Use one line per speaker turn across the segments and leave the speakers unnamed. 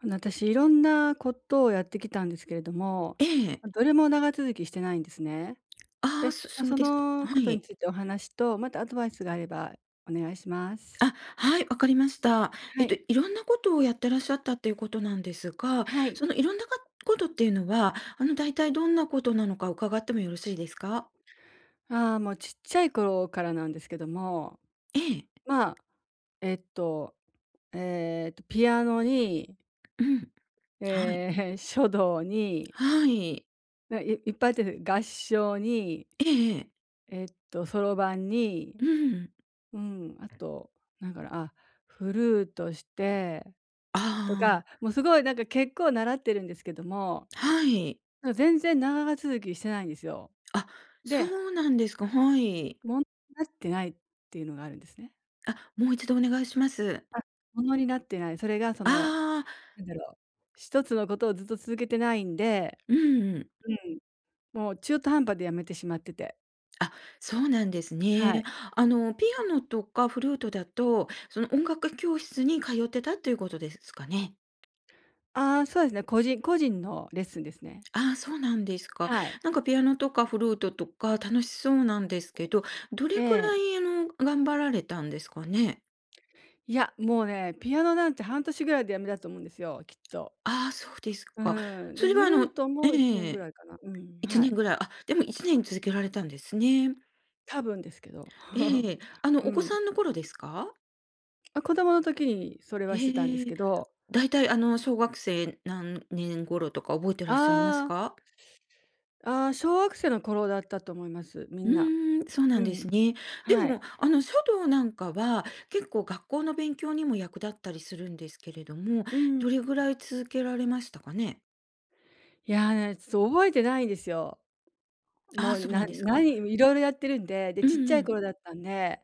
あの、私いろんなことをやってきたんですけれども、
ええ。
ま、どれも長続きしてないんですね。
あ
で、
あ、そ
まあ、
そう
そ
ですか。
の
は
ことに
い。
ついてお話と、またアドバイスがあればお願いします。
あ、はい、わかりました。
はい。
いろんなことをやってらっしゃったっていうことなんですが、
はい。
そのいろんなことっていうのは、大体どんなことなのか伺ってもよろしいですか？
ああ、もうちっちゃい頃からなんですけども、
ええ。
まあ、えっと、ピアノに、
うん。はい。
ええ、書道に、
はい。
ないいっぱいあって、合唱に、
ええええ。
そろばんに、
うん。
うん、あと、なんかな、あ、フルートしてとか、
あ
もうすごいなんか結構習ってるんですけども、
あ、はい。
なんか全然長続きしてないんですよ。
あ、そ
で、
うなんですか。はい。
ものになってないっていうのがあるんですね。
あ、もう一度お願いします。
あ、ものになってない。それがその、
ああ、
なんだろう、一つのことをずっと続けてないんで、
うんうん。
うん、もう中途半端で辞めてしまってて。
あ、そうなんです
は
ね。
い。
ピアノとかフルートだと、その音楽教室に通ってたっていうことですかね？
ああ、そうですね、個人個人のレッスンですね。
ああ、そうなんですか。
はい。
なんかピアノとかフルートとか楽しそうなんですけど、ど
え
れく
え。
らい、頑張られたんですかね？
いや、もうね、ピアノなんて半年ぐらいで辞めたと思うんですよ、きっと。
ああ、そうです
う
か。
ーん。で、
それ
フ
は
ルート
え
も1年ぐ
え、
らいかな。うん、
1
は
年
い。
ぐらい、あ、でも1年続けられたんですね。
多分ですけど。
ええ、
う
お子
ん。
さんの頃ですか？
あ、子供の時にそれはしてたんです
ええ、
けど。
だいたい小学生何年頃とか覚えてらっしゃいます
あ
か？
あ、ああ、小学生の頃だったと思います、み
う
んな。
ーん、そうな
う
んです
ん。
ね。で
はい。
も、書道なんかは、結構学校の勉強にも役立ったりするんですけれども、
うん。
どれぐらい続けられましたかね？
いやーね、ちょっと覚えてないんですよ。
あ
も
あ、
う、
そうな
な
んですか。
何いろいろやってるんで、で、
うん
ちっちゃ
う
い
ん。
頃だったんで、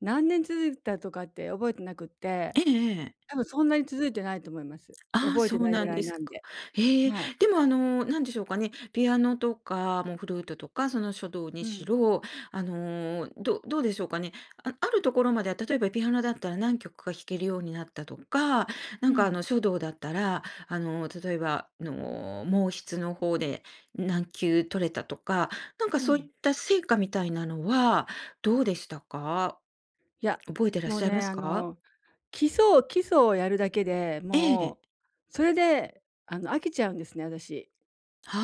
何年続いたとかって覚えてなくって、
ええええ。
多分そんなに続いてないと思います。
ああ、
覚え
そ
て
う
ない
な
ぐ
ん
ら
で
い
す
なん
か。
で。
ええ、
はい。
でもなんでしょうかね、ピアノとか、もうフルートとか、その書道に
う
し
ん。
ろ、どうでしょうかね。あるところまでは、例えばピアノだったら何曲か弾けるようになったとか、な
う
んか
ん。
書道だったら、例えば、毛筆の方で何級取れたとか、なんか
う
そういっ
ん。
た成果みたいなのはどうでしたか？
いや、
覚えてらっ
もう
しゃいま
ね、
す
あ
か？
の基礎をやるだけで、
ええ。
もう、それで、あの、飽きちゃうんですね、私。
は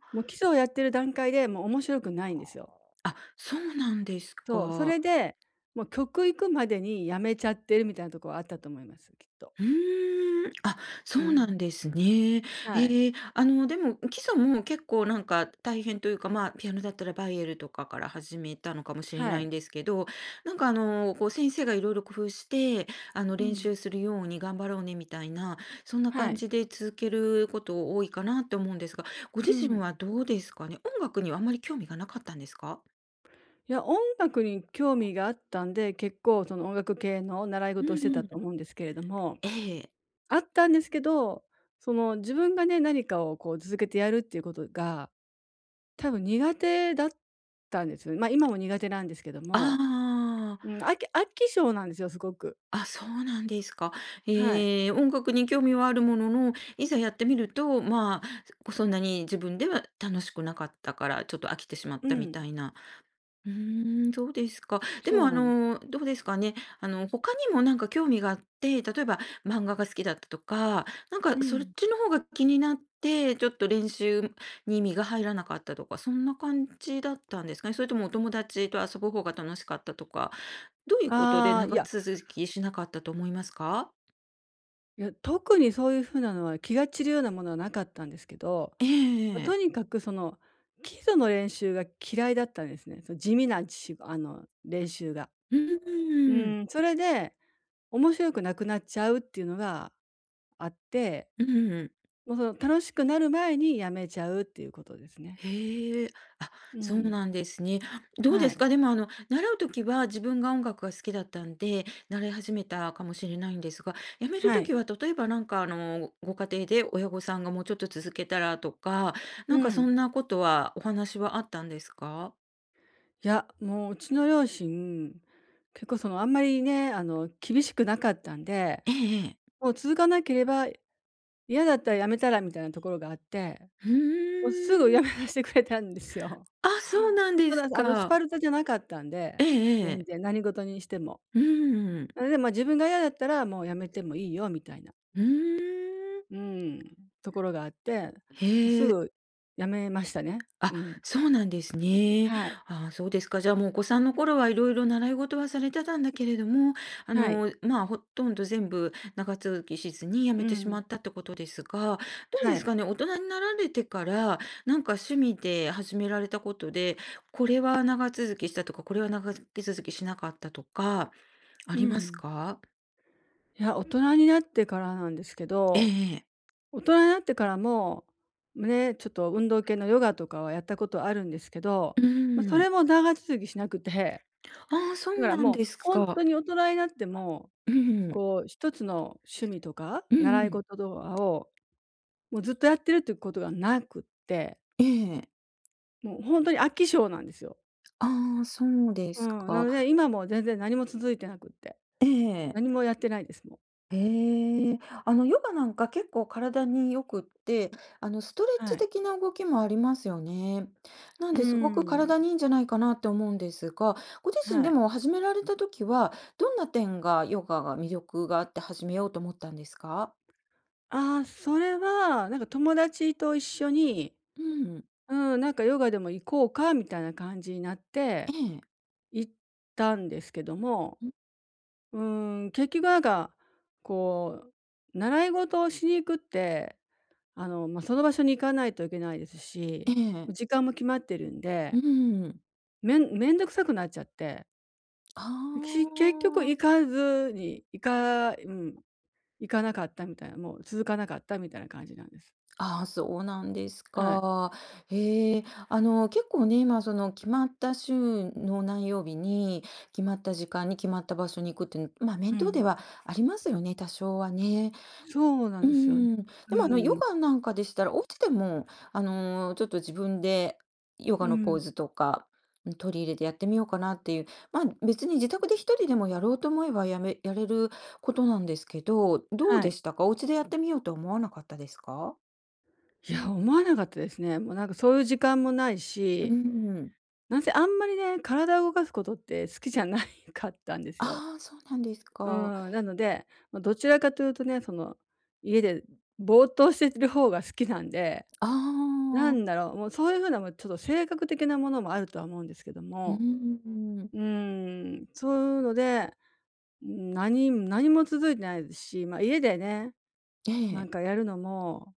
あ。
もう基礎をやってる段階で、もう面白くないんですよ。
あ、そうなんです
そう、それ
か。
で、もう曲行くまでにやめちゃってるみたいなところはあったと思います、きっと。
うーん、あ、そ
う
うな
ん。
んですね。
はい。
ええ、でも基礎も結構なんか大変というか、まあ、ピアノだったらバイエルとかから始めたのかもしれ
は
ない
い。
んですけど、なんかこう先生がいろいろ工夫して、
う
練
ん。
習するように頑張ろうねみたいな、そんな
は
感
い。
じで続けること多いかなって思うんですが、ご
う
自身
ん。
はどうですかね？音楽にはあまり興味がなかったんですか？
いや、音楽に興味があったんで、結構その音楽系の習い
う
事をして
んう
たと
ん。
思うんですけれども、
ええ。
あったんですけど、その自分がね、何かをこう続けてやるっていうことが多分苦手だったんですよね。ま、今も苦手なんですけど
あ
も、う
あ。
ん、飽き性なんですよ、すごく。
あ、そうなんですか。
はい。
ええ、音楽に興味はあるものの、いざやってみると、まあ、そんなに自分では楽しくなかったから、ちょっと飽きてしまっ
う
たみ
ん、
たいな。うーん、そうですか。で
そ
も、
うなんです。
どうですかね。他にもなんか興味があって、例えば漫画が好きだったとか、なんか
う
そっ
ん。
ちの方が気になって、ちょっと練習に身が入らなかったとか、そんな感じだったんですかね。それともお友達と遊ぶ方が楽しかったとか、どういうことで
ああ、い
長
や、
続きしなかったと思いますか？
いや、特にそういう風なのは気が散るようなものはなかったんですけど、
え
ま、
え
と
え
にかくその基礎の練習が嫌いだったんですね。その地味なしあの、練習が。
う
う
ーん。
ん、それで面白くなくなっちゃうっていうのがあって、
うん。
もうその楽しくなる前にやめちゃうっていうことですね。
へえ。あ、
う
そう
ん、
なんですね。どう
は
です
い。
か？でも、習う時は自分が音楽が好きだったんで、習い始めたかもしれないんですが、やめる
はい。
時は例えばなんか、ご家庭で親御さんがもうちょっと続けたらとか、なん
う
かそ
ん。
んなことはお話はあったんですか？
いや、もううちの両親、結構そのあんまりね、あの厳しくなかったんで、
えええ
もう続かなければ嫌だったらやめたらみたいなところがあって、
ー
もうすぐや
ん。
めさせてくれたんですよ。
あ、そう なんで
た
す
だあのスパ
か。
ルタじゃなかったんで、
えええ
全
え。
然何事にしても。
うーん。
なので、ま、自分が嫌だったらもうやめてもいいよみたいな、
うーん。
うーん、ところがあって、もうす
へえ。
ぐやめましたね。
あ、
うん。
そうなんですね。
はい。
あそうですか。じゃあ、もうお子さんの頃はいろいろ習い事はされてたんだけれども、
はい。
まあ、ほとんど全部長続きしずに辞
う
めてし
ん。
まったってことですが、どう
は
です
い。
かね、大人になられてから、なんか趣味で始められたことで、これは長続きしたとか、これは長続きしなかったとか、あ
う
ります
ん。
か？
いや、大人になってからなんですけ
え
ど、
え。
大人になってからも、ね、ちょっと運動系のヨガとかはやったことあるんですけど、
う
ま、そ
ん。
れも長続きしなくて、
ああ、そ
だ
う
から
なん
もう
です
ほん
か。
とに大人になっても、
うん。
こう一つの趣味とか、
うん
習
う
い
ん。
事とかを、もうずっとやってるっていうことがなくって、
ええ。
もうほんとに飽き性なんですよ。
ああ、そうで
う
す
ん、なので、
か。
今も全然何も続いてなくって、
ええ。
何もやってないです、もう。
へえ。ヨガなんか結構体に良くって、ストレッ
は
チ
い。
的な動きもありますよね。なん
うー
で、すごく
ん、
体にいいんじゃないかなって思うんですが、ご自身
は
で
い。
も始められた時は、どんな点がヨガが魅力があって始めようと思ったんですか？
ああ、それは、なんか友達と一緒に、
うん。
うん、なんかヨガでも行こうかみたいな感じになっ
え
て、
え。
行ったんですけども、うーん、結局なんか、こう、習い事をしに行くって、あの、まあ、その場所に行かないといけないです
え
し、
え。
時間も決まってるんで、
うん。
めんどくさくなっちゃって、
あ
結局行
あ。
かずに、うん、行かなかったみたいな、もう続かなかったみたいな感じなんです。
ああ、そうなんです
はい。
か。へえ、結構ね、まあ、決まった週の何曜日に、決まった時間に決まった場所に行くっていうの、まあ、
う
面倒
ん。
ではありますよね、多少はね。
そうなん
う
ですよね。
ん。でも、
う
ヨ
ん。
ガなんかでしたら、お家でも、ちょっと自分でヨガ
う
のポ
ん。
ーズとか、うん取り入れてやってみようかなっていう、まあ、別に自宅で一人でもやろうと思えばやれることなんですけど、どう
は
で
い。
したか、お家でやってみようとは思わなかったですか？
いや、思わなかったですね。もうなんかそういう時間もない
う
し、
ん。
なんせあんまりね、体を動かすことって好きじゃない かったんですよ。
ああ、そうなんです
う
か。
ん、なので、ま、どちらかというとね、その、家でぼーっとしてる方が好きなんで、
あ
な
あ、
んだろう、もうそういう風なもうちょっと性格的なものもあるとは思うんですけど
う
も、
ん。
うーん、そういうので、ん、何も続いてないですし、ま、家でね、
え
なん
え。
かやるのも、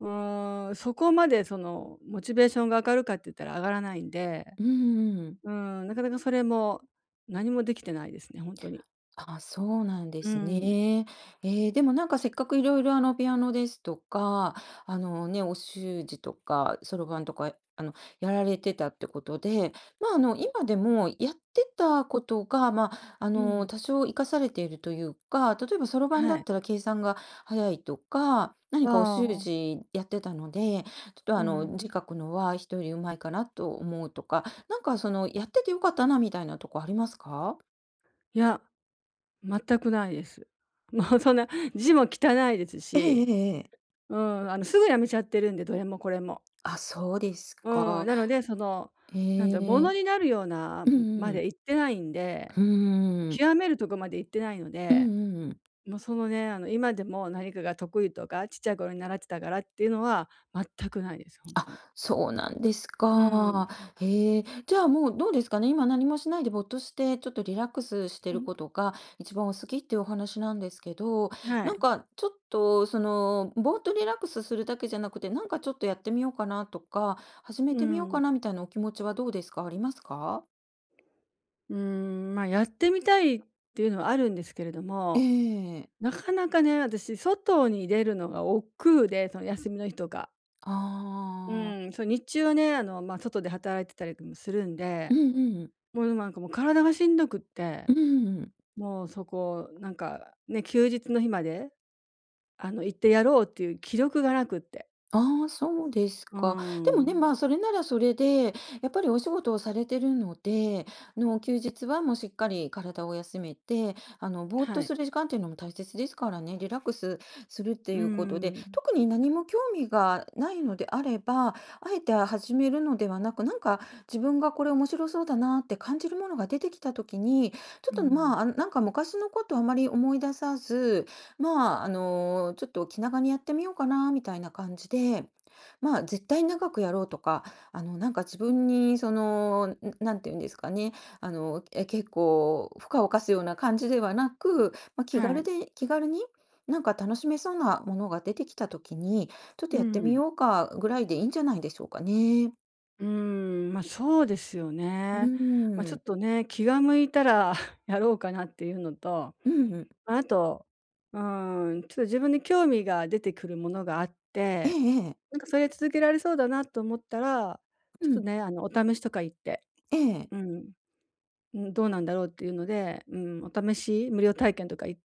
うーん、そこまでそのモチベーションが上がるかって言ったら上がらないんで、
うん。
うーん、なかなかそれも何もできてないですね、ほんとに。
あ、そうなんで
う
す
ん、
ね。でもなんかせっかくいろいろピアノですとか、ね、お習字とか、そろばんとか、やられてたってことで、まあ、今でもやってたことが、まあ、
うん、
多少活かされているというか、例えばそろばんだ
は
っ
い。
たら計算が早いとか、何かお習
ああ、
字やってたので、ちょっと
うん。
字書くのは人よりうまいかなと思うとか、なんかやっててよかったなみたいなとこありますか？
いや、全くないです。もうそんな字も汚いです
えええ
し、
えええ
うん、あの、すぐ辞めちゃってるんで、どれもこれも。
あ、そうです
うん、
か。
なので、その、なんだろう、も
え
の
え、
になるような
うん
ま
う
で
ん。
いってないんで、
うーん。
極めるとこまでいってないの
うん
で
うん。
もうそのね、あの、今でも何かが得意とか、ちっちゃい頃に習ってたからっていうのは全くないです、本
あ、
当に。
そうなんです
うん。
か。へえ。じゃあもうどうですかね、今何もしないでぼーっとして、ちょっとリラックスしてるこ とが一番お好きっていうお話なんですけど、
は
なん
い。
かちょっとぼーっとリラックスするだけじゃなくて、なんかちょっとやってみようかなとか、始め
う
てみよう
ん。
かなみたいなお気持ちはどうですか？ありますか？
うん、ま、やってみたいっていうのはあるんですけれど
え
も、
え。
なかなかね、私外に出るのが億劫で、その休みの日とか。
あ
うん、
あ。
そう、日中はね、あの、まあ、外で働いてたりもするんで、
うんうん。
もうなんかもう体がしんどくって、
うんうん。
もうそこ、なんかね、休日の日まで、あの、行ってやろうっていう気力がなくって。
ああ、そうです
うー
か。でもね、
ん、
まあ、それならそれで、やっぱりお仕事をされてるので、休日はもうしっかり体を休めて、ぼーっ
は
と
い。
する時間っていうのも大切ですからね、リラックスするって
うー
いうことで、
ん、
特に何も興味がないのであれば、あえて始めるのではなく、なんか自分がこれ面白そうだなって感じるものが出てきたときに、ち
う
ょっと
ん、
まあ、なんか昔のことあまり思い出さず、まあ、ちょっと気長にやってみようかなみたいな感じで、まあ、絶対長くやろうとか、なんか自分にんなんていうんですかね、結構負荷を課すような感じではなく、まあ、
はい。
気軽になんか楽しめそうなものが出てきたときに、ちょっと
う
やってみ
ん、
ようかぐらいでいいんじゃないでしょうかね。
うーん、ま、そうですよ
う
ね。ま、ち
ー
ょっ
ん。
とね、気が向いたら やろうかなっていうのと、
うん。
ま、あと、うーん、ちょっと自分に興味が出てくるものがあっ
え
て、
えええ。
なんかそれ続けられそうだなと思ったら、
う
ちょっと
ん。
ね、あの、お試しとか行って、
ええ。
うん、うん、どうなんだろうっていうので、うん、お試し、無料体験とか行っ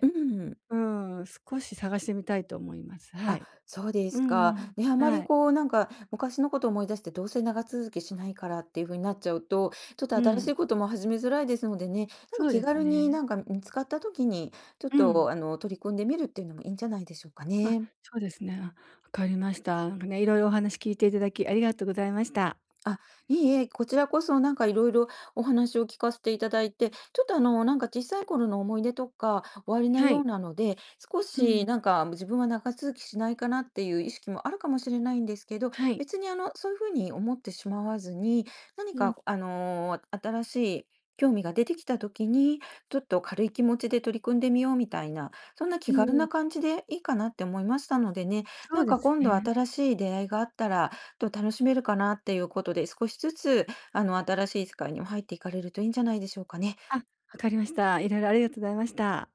うん。
うーん、少し探してみたいと思います。は
あ、
い。
そうで
う
す
んう
か。
ん。
ね、あまり
はい。
こうなんか昔のことを思い出してどうせ長続きしないからっていう風になっちゃうと、ちょっと
う
新し
ん。
いことも始めづらいですのでね、なんか
そう
気
です
軽に
ね。
なんか見つかった時に、ちょっ
うん。
と取り組んでみるっていうのもいいんじゃないでしょうか
あ、
ね。
そうですね。あ、わかりました。なんかね、いろいろお話聞いていただきありがとうございました。
あ、いいえ、こちらこそなんかいろいろお話を聞かせていただいて、ちょっとなんか小さい頃の思い出とかおありな
は
よ
い。
うなので、少
う
し
ん。
なんか自分は長続きしないかなっていう意識もあるかもしれないんですけど、
はい。
別にそういうふうに思ってしまわずに、何
うん。
か新しい興味が出てきた時に、ちょっと軽い気持ちで取り組んでみようみたいな、そんな
う
気軽
ん。
な感じでいいかなって思いましたのでね、
そう
なん
で
か
す
今度
ね。
新しい出会いがあったら、と楽しめるかなっていうことで、少しずつ新しい世界にも入っていかれるといいんじゃないでしょうかね。
あ、わかりました。いろいろありがとうございました。